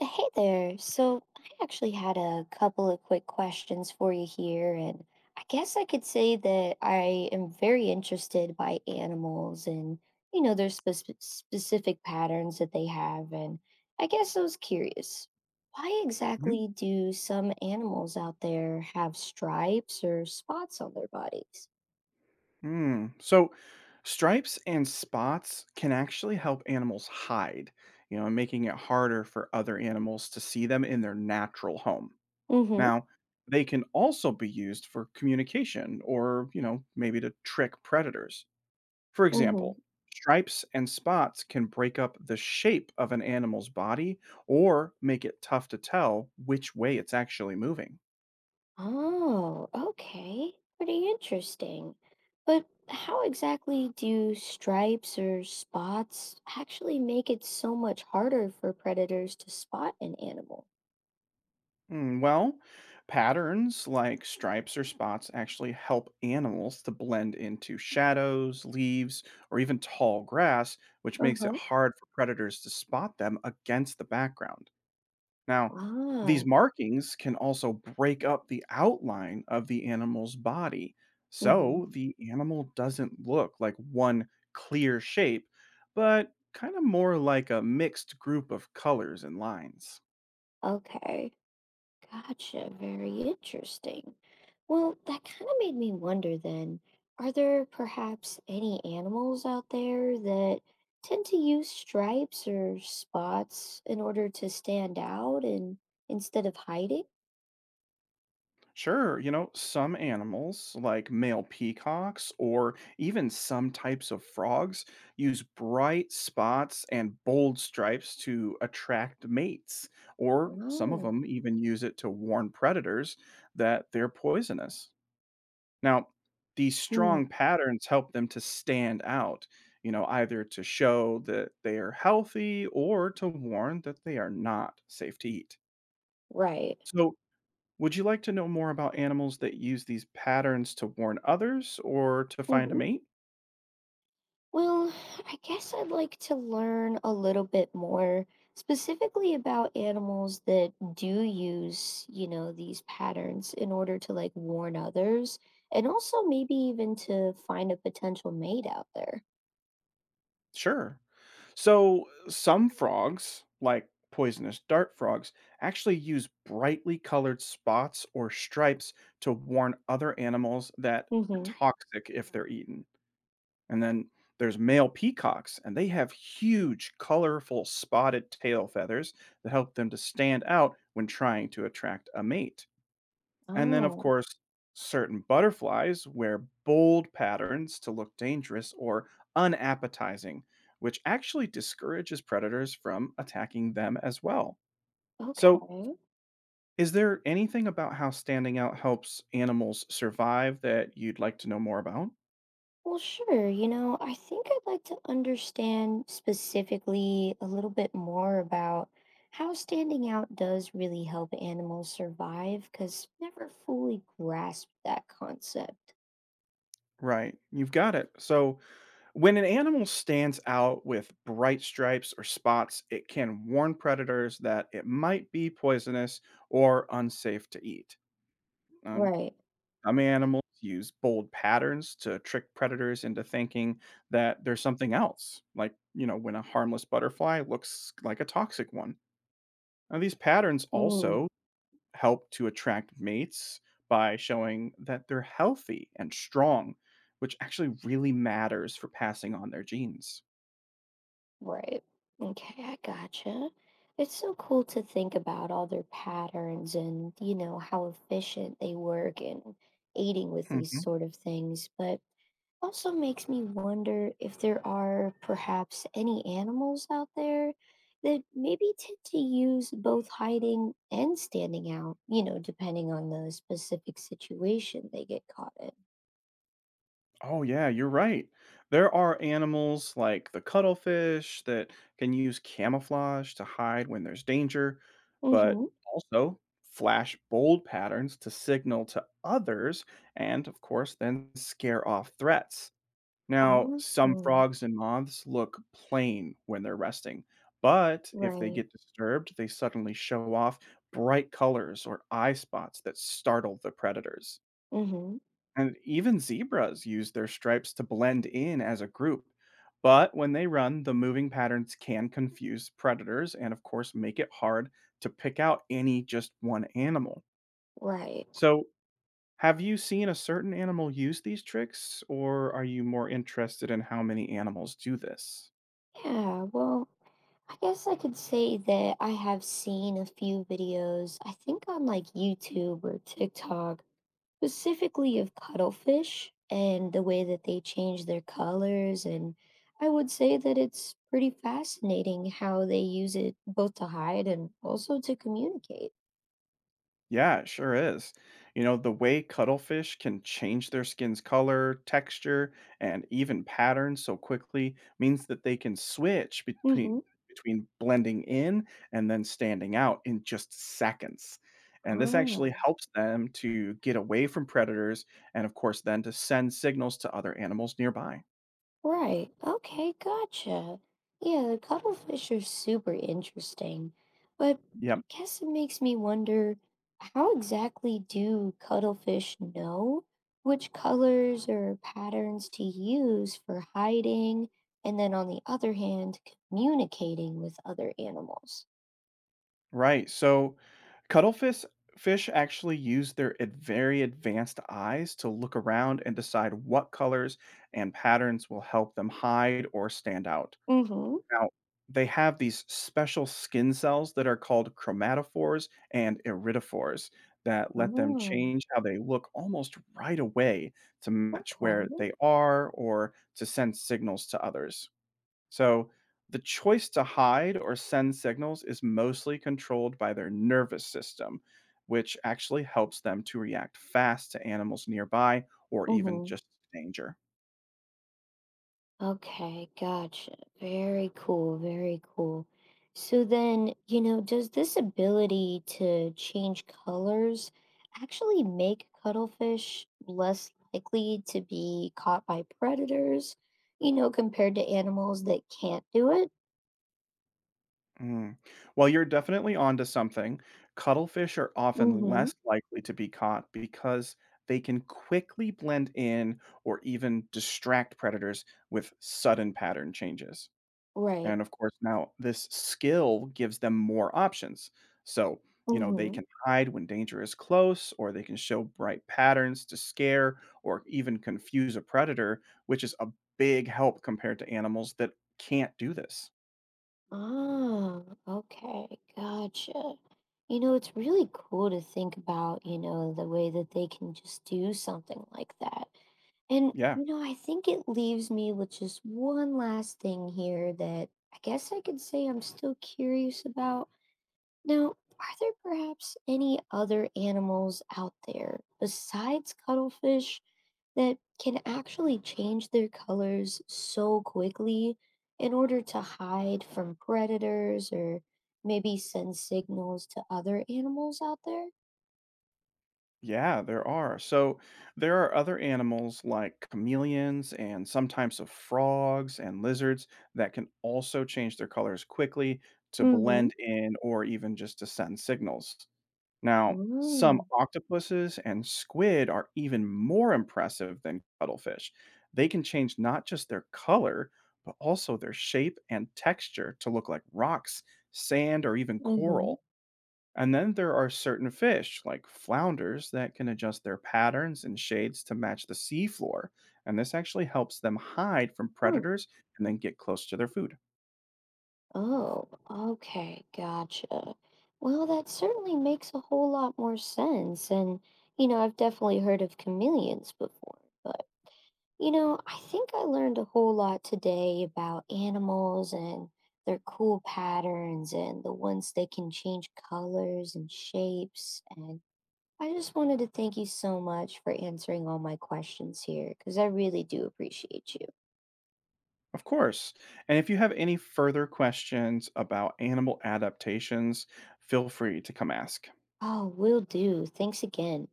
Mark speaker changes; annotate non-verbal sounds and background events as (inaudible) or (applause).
Speaker 1: Hey there. So I actually had a couple of quick questions for you here, and I guess I could say that I am very interested by animals and, their specific patterns that they have, and I guess I was curious, why
Speaker 2: Mhm.
Speaker 1: exactly do some animals out there have stripes or spots on their bodies?
Speaker 2: Mm. So stripes and spots can actually help animals hide, you know, making it harder for other animals to see them in their natural home.
Speaker 1: Mm-hmm.
Speaker 2: Now, they can also be used for communication or, you know, maybe to trick predators. For
Speaker 1: Mm-hmm.
Speaker 2: example, stripes and spots can break up the shape of an animal's body or make it tough to tell which way it's actually moving.
Speaker 1: Oh, okay. Pretty interesting. But how exactly do stripes or spots actually make it so much harder for predators to spot an animal?
Speaker 2: Mm, well, patterns like stripes or spots actually help animals to blend into shadows, leaves, or even tall grass, which
Speaker 1: Uh
Speaker 2: makes it
Speaker 1: huh.
Speaker 2: hard for predators to spot them against the background. Now, these
Speaker 1: Ah,
Speaker 2: markings can also break up the outline of the animal's body,
Speaker 1: hmm,
Speaker 2: so the animal doesn't look like one clear shape, but kind of more like a mixed group of colors and lines.
Speaker 1: okay. Gotcha. Very interesting. Well, that kind of made me wonder then, are there perhaps any animals out there that tend to use stripes or spots in order to stand out and instead of hiding?
Speaker 2: Sure, you know, some animals, like male peacocks or even some types of frogs, use bright spots and bold stripes to attract mates, or some of
Speaker 1: Oh.
Speaker 2: them even use it to warn predators that they're poisonous. Now, these
Speaker 1: Hmm.
Speaker 2: strong patterns help them to stand out, you know, either to show that they are healthy or to warn that they are not safe to eat.
Speaker 1: Right.
Speaker 2: So, would you like to know more about animals that use these patterns to warn others or to find a
Speaker 1: (laughs)
Speaker 2: mate?
Speaker 1: Well, I guess I'd like to learn a little bit more specifically about animals that do use, you know, these patterns in order to like warn others and also maybe even to find a potential mate out there.
Speaker 2: Sure. So, some frogs, like poisonous dart frogs, actually use brightly colored spots or stripes to warn other animals that are
Speaker 1: Mm-hmm.
Speaker 2: toxic if they're eaten. And then there's male peacocks, and they have huge, colorful spotted tail feathers that help them to stand out when trying to attract a mate. And then, of
Speaker 1: Oh,
Speaker 2: course, certain butterflies wear bold patterns to look dangerous or unappetizing, which actually discourages predators from attacking them as well. So,
Speaker 1: okay.
Speaker 2: is there anything about how standing out helps animals survive that you'd like to know more about?
Speaker 1: Well, sure. You know, I think I'd like to understand specifically a little bit more about how standing out does really help animals survive, because never fully grasped that concept.
Speaker 2: Right, you've got it. So, when an animal stands out with bright stripes or spots, it can warn predators that it might be poisonous or unsafe to eat. Um,
Speaker 1: Right.
Speaker 2: Some animals use bold patterns to trick predators into thinking that there's something else, like, you know, when a harmless butterfly looks like a toxic one. Now, these patterns
Speaker 1: Mm,
Speaker 2: also help to attract mates by showing that they're healthy and strong, which actually really matters for passing on their genes.
Speaker 1: right. Okay, I gotcha. It's so cool to think about all their patterns and, you know, how efficient they work in aiding with these
Speaker 2: Mhm.
Speaker 1: sort of things. But also makes me wonder if there are perhaps any animals out there that maybe tend to use both hiding and standing out, you know, depending on the specific situation they get caught in.
Speaker 2: Oh yeah, you're right. There are animals like the cuttlefish that can use camouflage to hide when there's danger,
Speaker 1: Mm-hmm.
Speaker 2: but also flash bold patterns to signal to others and of course then scare off threats. Now, some
Speaker 1: Mm-hmm.
Speaker 2: frogs and moths look plain when they're resting, but if they
Speaker 1: Right.
Speaker 2: get disturbed, they suddenly show off bright colors or eye spots that startle the predators.
Speaker 1: Mm-hmm.
Speaker 2: And even zebras use their stripes to blend in as a group. But when they run, the moving patterns can confuse predators and, of course, make it hard to pick out any just one animal.
Speaker 1: Right.
Speaker 2: So, have you seen a certain animal use these tricks, or are you more interested in how many animals do this?
Speaker 1: Yeah, well, I guess I could say that I have seen a few videos, I think on like YouTube or TikTok specifically of cuttlefish and the way that they change their colors. And I would say that it's pretty fascinating how they use it both to hide and also to communicate.
Speaker 2: Yeah, it sure is. You know, the way cuttlefish can change their skin's color, texture, and even patterns so quickly means that they can switch
Speaker 1: Hmm.
Speaker 2: between blending in and then standing out in just seconds. And this
Speaker 1: Ah.
Speaker 2: actually helps them to get away from predators and of course then to send signals to other animals nearby.
Speaker 1: Right. Okay, gotcha. Yeah, the cuttlefish are super interesting, but
Speaker 2: Yeah.
Speaker 1: I guess it makes me wonder how exactly do cuttlefish know which colors or patterns to use for hiding and then on the other hand, communicating with other animals?
Speaker 2: Right. So cuttlefish fish actually use their very advanced eyes to look around and decide what colors and patterns will help them hide or stand out.
Speaker 1: Mm-hmm.
Speaker 2: Now, they have these special skin cells that are called chromatophores and iridophores that let them
Speaker 1: Oh,
Speaker 2: change how they look almost right away to match where
Speaker 1: okay.
Speaker 2: they are or to send signals to others. So the choice to hide or send signals is mostly controlled by their nervous system, which actually helps them to react fast to animals nearby or even
Speaker 1: Mm-hmm.
Speaker 2: just danger.
Speaker 1: Okay, gotcha. Very cool, very cool. So then, you know, does this ability to change colors actually make cuttlefish less likely to be caught by predators, you know, compared to animals that can't do it?
Speaker 2: Mm. Well, you're definitely onto something. Cuttlefish are often
Speaker 1: Mm-hmm.
Speaker 2: less likely to be caught because they can quickly blend in or even distract predators with sudden pattern changes.
Speaker 1: Right.
Speaker 2: And of course, now this skill gives them more options. So, you know, they
Speaker 1: Mm-hmm.
Speaker 2: can hide when danger is close, or they can show bright patterns to scare or even confuse a predator, which is a big help compared to animals that can't do this.
Speaker 1: Ah, okay, gotcha. You know, it's really cool to think about, you know, the way that they can just do something like that. And,
Speaker 2: Yeah.
Speaker 1: you know, I think it leaves me with just one last thing here that I guess I could say I'm still curious about. Now, are there perhaps any other animals out there besides cuttlefish that can actually change their colors so quickly in order to hide from predators or maybe send signals to other animals out there?
Speaker 2: Yeah, there are. So there are other animals like chameleons and some types of frogs and lizards that can also change their colors quickly to
Speaker 1: Mm
Speaker 2: blend in or even just to send signals. Now, some
Speaker 1: hmm.
Speaker 2: octopuses and squid are even more impressive than cuttlefish. They can change not just their color, but also their shape and texture to look like rocks, sand, or even
Speaker 1: Mm hmm.
Speaker 2: coral. And then there are certain fish, like flounders, that can adjust their patterns and shades to match the seafloor. And this actually helps them hide from
Speaker 1: Oh.
Speaker 2: predators and then get close to their food.
Speaker 1: Oh, okay, gotcha. Well, that certainly makes a whole lot more sense. And, you know, I've definitely heard of chameleons before, but, you know, I think I learned a whole lot today about animals and their cool patterns and the ones they can change colors and shapes. And I just wanted to thank you so much for answering all my questions here, because I really do appreciate you.
Speaker 2: Of course. And if you have any further questions about animal adaptations, feel free to come ask.
Speaker 1: Oh, will do. Thanks again.